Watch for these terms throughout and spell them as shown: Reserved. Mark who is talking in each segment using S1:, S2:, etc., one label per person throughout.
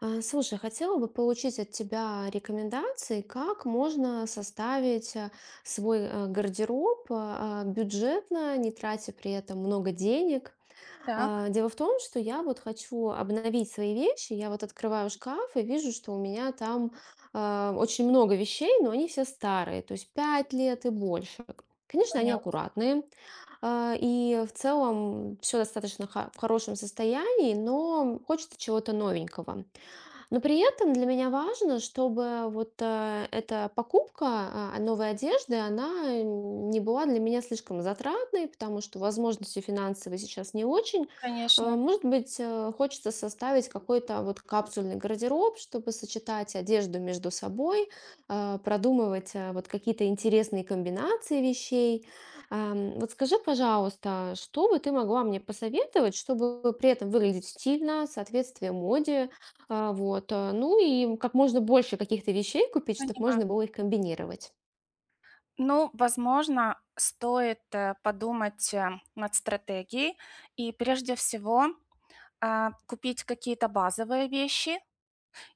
S1: Слушай, хотела бы получить от тебя рекомендации, как можно составить свой гардероб бюджетно, не тратя при этом много денег.
S2: Так,
S1: Дело в том, что я вот хочу обновить свои вещи. Я вот открываю шкаф и вижу, что у меня там очень много вещей, но они все старые, то есть 5 лет и больше. Конечно, они аккуратные, и в целом все достаточно в хорошем состоянии, но хочется чего-то новенького. Но при этом для меня важно, чтобы вот эта покупка новой одежды, она не была для меня слишком затратной, потому что возможности финансовые сейчас не очень.
S2: конечно,
S1: Может быть, хочется составить какой-то вот капсульный гардероб, чтобы сочетать одежду между собой, продумывать вот какие-то интересные комбинации вещей. Вот скажи, пожалуйста, что бы ты могла мне посоветовать, чтобы при этом выглядеть стильно, соответствие моде, ну и как можно больше каких-то вещей купить, чтобы
S2: понимаю.
S1: можно было их комбинировать.
S2: Ну, возможно, стоит, подумать, над стратегией, и прежде всего, купить какие-то базовые вещи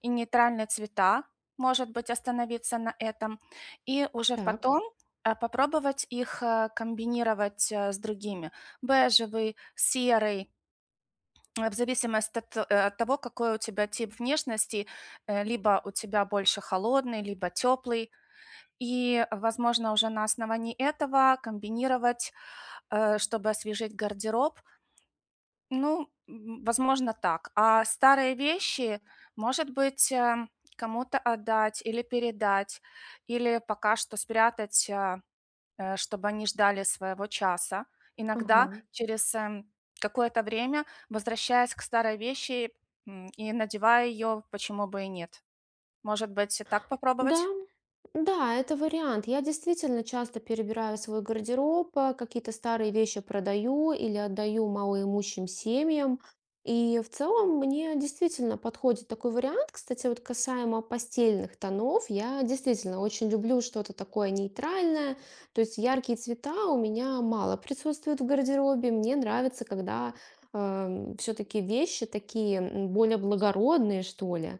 S2: и нейтральные цвета, может быть, остановиться на этом, и уже
S1: Так,
S2: потом, попробовать их, комбинировать, с другими: бежевый, серый, в зависимости от, от того, какой у тебя тип внешности, либо у тебя больше холодный, либо теплый. И, возможно, уже на основании этого комбинировать, чтобы освежить гардероб. Ну, возможно, так. А старые вещи, может быть, кому-то отдать или передать, или пока что спрятать, чтобы они ждали своего часа. Иногда
S1: ага.
S2: через, какое-то время, возвращаясь к старой вещи, и надевая ее, почему бы и нет. Может быть, и так
S1: Да,
S2: попробовать?
S1: да, это вариант. Я действительно часто перебираю свой гардероб, какие-то старые вещи продаю или отдаю малоимущим семьям. И в целом мне действительно подходит такой вариант. Кстати, вот касаемо постельных тонов, я действительно очень люблю что-то такое нейтральное. То есть яркие цвета у меня мало присутствуют в гардеробе. Мне нравится, когда все-таки вещи такие м, более благородные, что ли.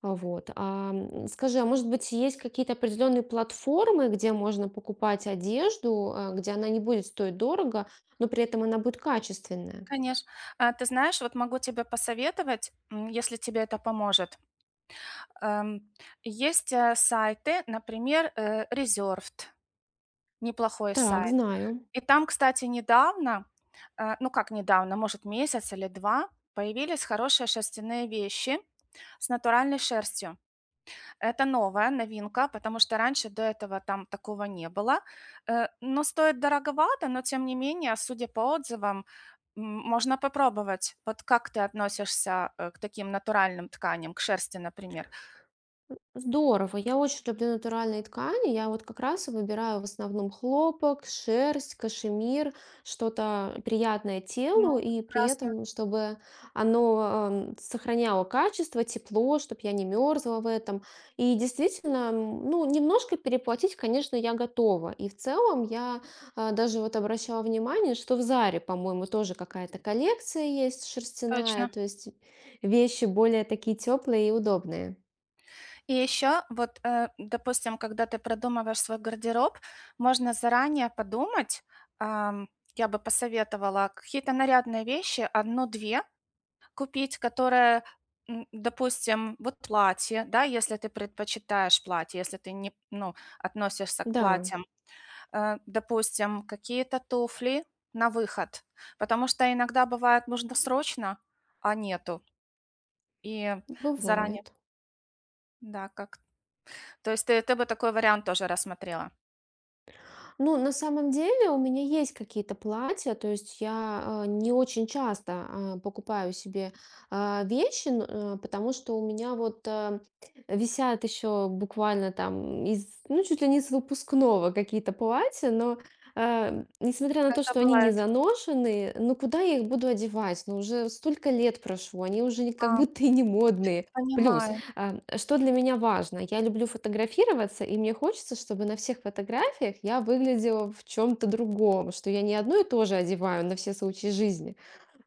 S1: А вот, а, м, скажи, а может быть, есть какие-то определенные платформы, где можно покупать одежду, где она не будет стоить дорого, но при этом она будет качественная?
S2: Конечно. Ты знаешь, вот могу тебе посоветовать, если тебе это поможет. Ам, Есть, сайты, например, Reserved, неплохой
S1: Так,
S2: сайт.
S1: знаю.
S2: И там, кстати, недавно, ну как недавно, может, месяц или 2, появились хорошие шерстяные вещи с натуральной шерстью. Это новая новинка, потому что раньше до этого там такого не было. Но стоит дороговато, но тем не менее, судя по отзывам, можно попробовать. Вот как ты относишься, к таким натуральным тканям, к шерсти, например?
S1: Здорово. Я очень люблю натуральные ткани. Я вот как раз и выбираю в основном хлопок, шерсть, кашемир, что-то приятное
S2: Ну,
S1: телу, и при
S2: прекрасно,
S1: этом, чтобы оно ам, сохраняло качество, тепло, чтобы я не мерзла в этом. И действительно, м, ну, немножко переплатить, конечно, я готова. И в целом я даже вот обращала внимание, что в Заре, по-моему, тоже какая-то коллекция есть шерстяная,
S2: точно.
S1: то есть вещи более такие теплые и удобные.
S2: И еще вот, допустим, когда ты продумываешь свой гардероб, можно заранее подумать. Ам, я бы посоветовала какие-то нарядные вещи, 1 две купить, которое, допустим, вот платье, да, если ты предпочитаешь платье, если ты не, ну, относишься к
S1: Да.
S2: платьям, допустим, какие-то туфли на выход, потому что иногда бывает нужно срочно, а нету, и заранее,
S1: Бывает.
S2: да, как. То есть ты бы такой вариант тоже рассмотрела?
S1: Ну, на самом деле у меня есть какие-то платья, то есть я не очень часто покупаю себе вещи, потому что у меня вот висят еще буквально там из, ну, чуть ли не с выпускного какие-то платья, но несмотря на то,
S2: Это
S1: что они не
S2: бывает.
S1: заношены, ну куда я их буду одевать? Ну уже столько лет прошло, они уже как
S2: А,
S1: будто и не модные. Плюс
S2: понимаю.
S1: Что для меня важно? Я люблю фотографироваться, и мне хочется, чтобы на всех фотографиях я выглядела в чем-то другом, что я не одно и то же одеваю на все случаи жизни,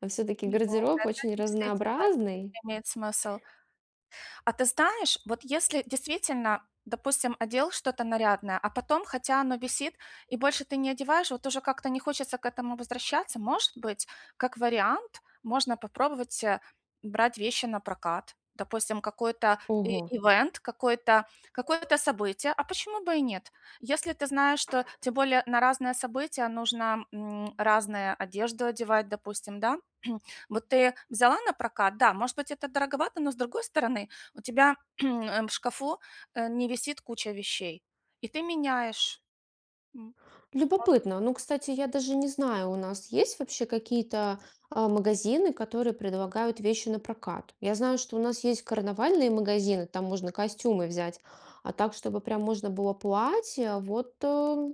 S1: а все-таки
S2: Ну
S1: гардероб
S2: да,
S1: очень
S2: действительно
S1: разнообразный.
S2: имеет смысл. А ты знаешь, вот если действительно, допустим, одел что-то нарядное, а потом, хотя оно висит, и больше ты не одеваешь, вот уже как-то не хочется к этому возвращаться, может быть, как вариант, можно попробовать брать вещи на прокат. Допустим,
S1: Ого,
S2: ивент, какое-то событие, а почему бы и нет? Если ты знаешь, что тем более на разные события нужно разные одежду одевать, допустим, да, вот ты взяла на прокат, да, может быть, это дороговато, но с другой стороны, у тебя в шкафу, не висит куча вещей, и ты меняешь. М, Может,
S1: любопытно. Ну, кстати, я даже не знаю, у нас есть вообще какие-то магазины, которые предлагают вещи на прокат. Я знаю, что у нас есть карнавальные магазины, там можно костюмы взять, а так, чтобы прям можно было платье. Вот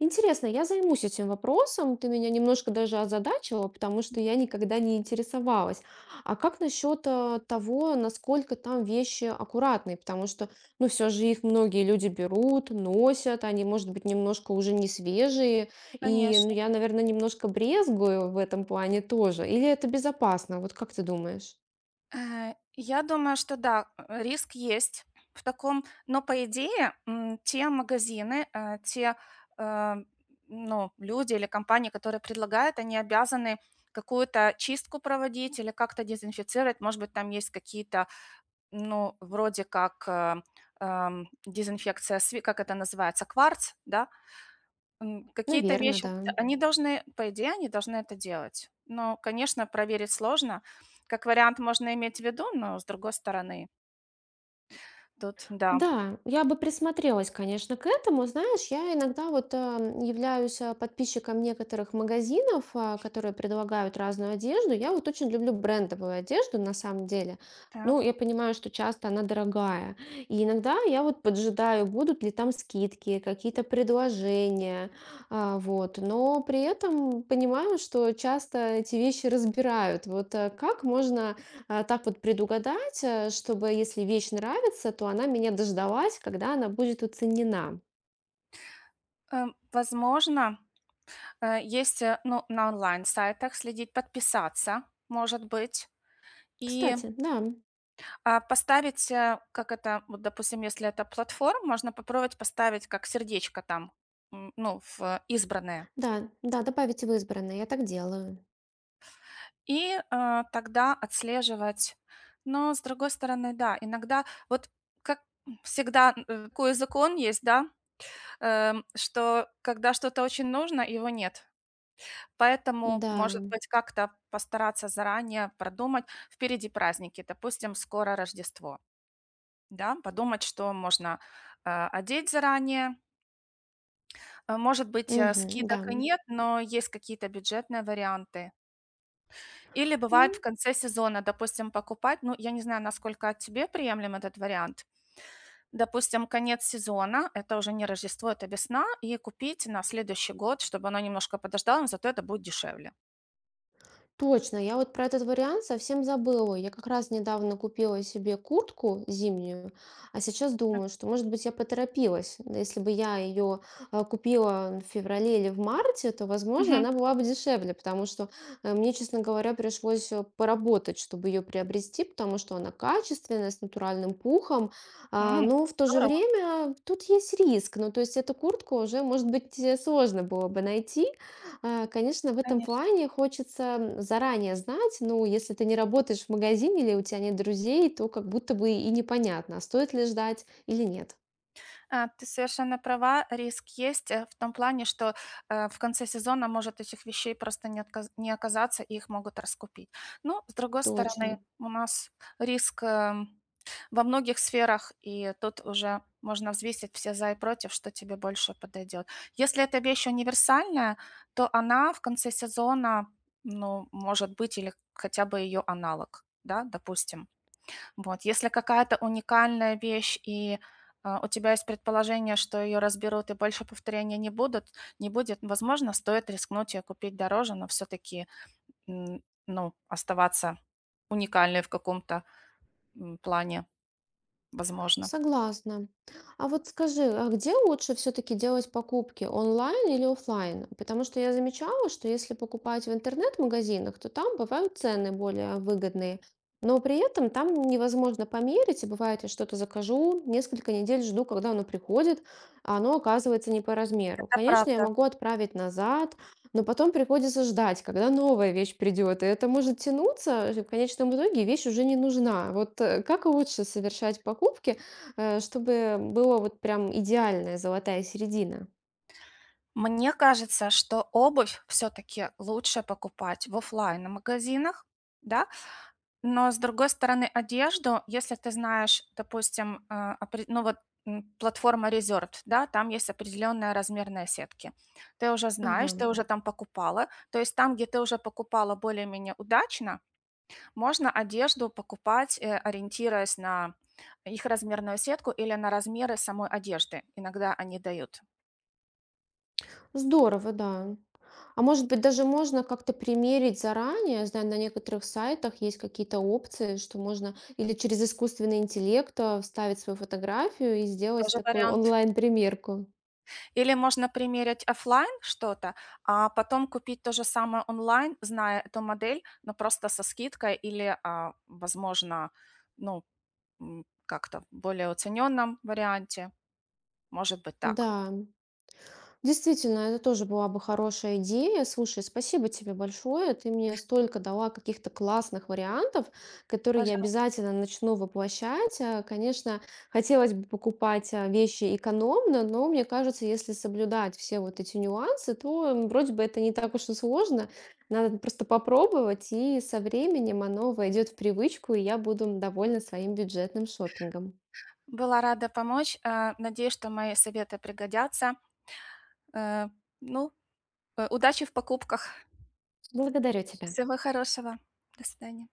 S1: интересно, я займусь этим вопросом. Ты меня немножко даже озадачила, потому что я никогда не интересовалась. А как насчет того, насколько там вещи аккуратные? Потому что но все же их многие люди берут, носят, они, может быть, немножко уже не свежие. И, ну,
S2: конечно.
S1: я, наверное, немножко брезгую в этом плане тоже. Или это безопасно? Вот как ты думаешь?
S2: Я думаю, что да, риск есть в таком, но, по идее, те магазины, те, э, ну, люди или компании, которые предлагают, они обязаны какую-то чистку проводить или как-то дезинфицировать. Может быть, там есть какие-то, ну, вроде как, дезинфекция сви как это называется, кварц, да? Какие-то
S1: Наверное,
S2: вещи, т
S1: да.
S2: они должны, по идее, они должны это делать. Но, конечно, проверить сложно. Как вариант можно иметь в виду, но с другой стороны, тут да.
S1: Да, я бы присмотрелась, конечно, к этому. Знаешь, я иногда вот являюсь подписчиком некоторых магазинов, которые предлагают разную одежду. Я вот очень люблю брендовую одежду на самом деле.
S2: Так,
S1: Ну, я понимаю, что часто она дорогая. И иногда я вот поджидаю, будут ли там скидки, какие-то предложения. Вот. Но при этом понимаю, что часто эти вещи разбирают. Вот как можно так вот предугадать, чтобы если вещь нравится, то она меня дождалась, когда она будет оценена.
S2: возможно, есть, ну, на онлайн-сайтах следить, подписаться, может быть, и,
S1: Кстати, да,
S2: поставить, как это, вот, допустим, если это платформ, можно попробовать поставить как сердечко там, ну, в избранное.
S1: да, да, добавить в избранное, я так делаю.
S2: И, а, тогда отслеживать. Но, с другой стороны, да, иногда вот как всегда, такой закон есть, да, что когда что-то очень нужно, его нет. Поэтому,
S1: Да,
S2: может быть, как-то постараться заранее продумать. Впереди праздники, допустим, скоро Рождество, да, подумать, что можно, одеть заранее. Может быть,
S1: мгм, да.
S2: скидок и нет, но есть какие-то бюджетные варианты. Или бывает в
S1: Ну,
S2: конце сезона, допустим, покупать, ну, я не знаю, насколько тебе приемлем этот вариант. Допустим, конец сезона, это уже не Рождество, это весна, и купить на следующий год, чтобы оно немножко подождало, но зато это будет дешевле.
S1: точно, я вот про этот вариант совсем забыла. Я как раз недавно купила себе куртку зимнюю, а сейчас
S2: М,
S1: думаю, что, может быть, я поторопилась. Да. Если бы я ее купила в феврале или в марте, то, возможно,
S2: мгм.
S1: она была бы дешевле, потому что мне, честно говоря, пришлось поработать, чтобы ее приобрести, потому что она качественная, с натуральным пухом.
S2: М,
S1: Но в то же
S2: Здорово,
S1: время тут есть риск. Ну, то есть эту куртку уже, может быть, сложно было бы найти, конечно, в этом
S2: конечно.
S1: плане хочется м, заранее знать, ну, если ты не работаешь в магазине или у тебя нет друзей, то как будто бы и непонятно, а стоит ли ждать или нет.
S2: А, ты совершенно права, риск есть в том плане, что в конце сезона может этих вещей просто не оказаться, и их могут раскупить. Ну, с другой стороны,
S1: Точно.
S2: у нас риск во многих сферах, и тут уже можно взвесить все за и против, что тебе больше подойдет. Если эта вещь универсальная, то она в конце сезона, ну, может быть, или хотя бы ее аналог, да, допустим. Вот, если какая-то уникальная вещь и, у тебя есть предположение, что ее разберут и больше повторения не будет, возможно, стоит рискнуть её купить дороже, но все таки, ну, оставаться уникальной в каком-то, плане, возможно.
S1: Согласна. А вот скажи, а где лучше все-таки делать покупки, онлайн или оффлайн? Потому что я замечала, что если покупать в интернет-магазинах, то там бывают цены более выгодные, но при этом там невозможно померить, и бывает, я что-то закажу, несколько недель жду, когда оно приходит, а оно оказывается не по размеру.
S2: Это
S1: Конечно, я
S2: правда.
S1: могу отправить назад, но потом приходится ждать, когда новая вещь придет, и это может тянуться, и в конечном итоге вещь уже не нужна. Вот как лучше совершать покупки, чтобы было вот прям идеальная золотая середина.
S2: Мне кажется, что обувь все таки лучше покупать в оффлайн магазинах, да. Но, с другой стороны, одежду, если ты знаешь, допустим, а, опре ну вот, платформа "Резервд", да, там есть определенная размерная сетки. Ты уже знаешь,
S1: Ага.
S2: ты уже там покупала. То есть там, где ты уже покупала более-менее удачно, можно одежду покупать, ориентируясь на их размерную сетку или на размеры самой одежды. Иногда они дают.
S1: Здорово, да. А может быть, даже можно как-то примерить заранее? Я знаю, на некоторых сайтах есть какие-то опции, что можно или через искусственный интеллект вставить свою фотографию и сделать
S2: Тоже
S1: такую
S2: вариант.
S1: онлайн-примерку.
S2: Или можно примерить оффлайн что-то, а потом купить то же самое онлайн, зная эту модель, но просто со скидкой или, а, возможно, ну, как-то в более уцененном варианте. Может быть
S1: Да.
S2: так.
S1: Действительно, это тоже была бы хорошая идея. Слушай, спасибо тебе большое. Ты мне столько дала каких-то классных вариантов, которые я
S2: Пожалуйста.
S1: обязательно начну воплощать. Конечно, хотелось бы покупать вещи экономно, но мне кажется, если соблюдать все вот эти нюансы, то м, вроде бы это не так уж и сложно. Надо просто попробовать, и со временем оно войдет в привычку, и я буду довольна своим бюджетным шопингом.
S2: Была рада помочь. Надеюсь, что мои советы пригодятся. Э, ну, Удачи в покупках.
S1: Благодарю тебя.
S2: Всего хорошего. До свидания.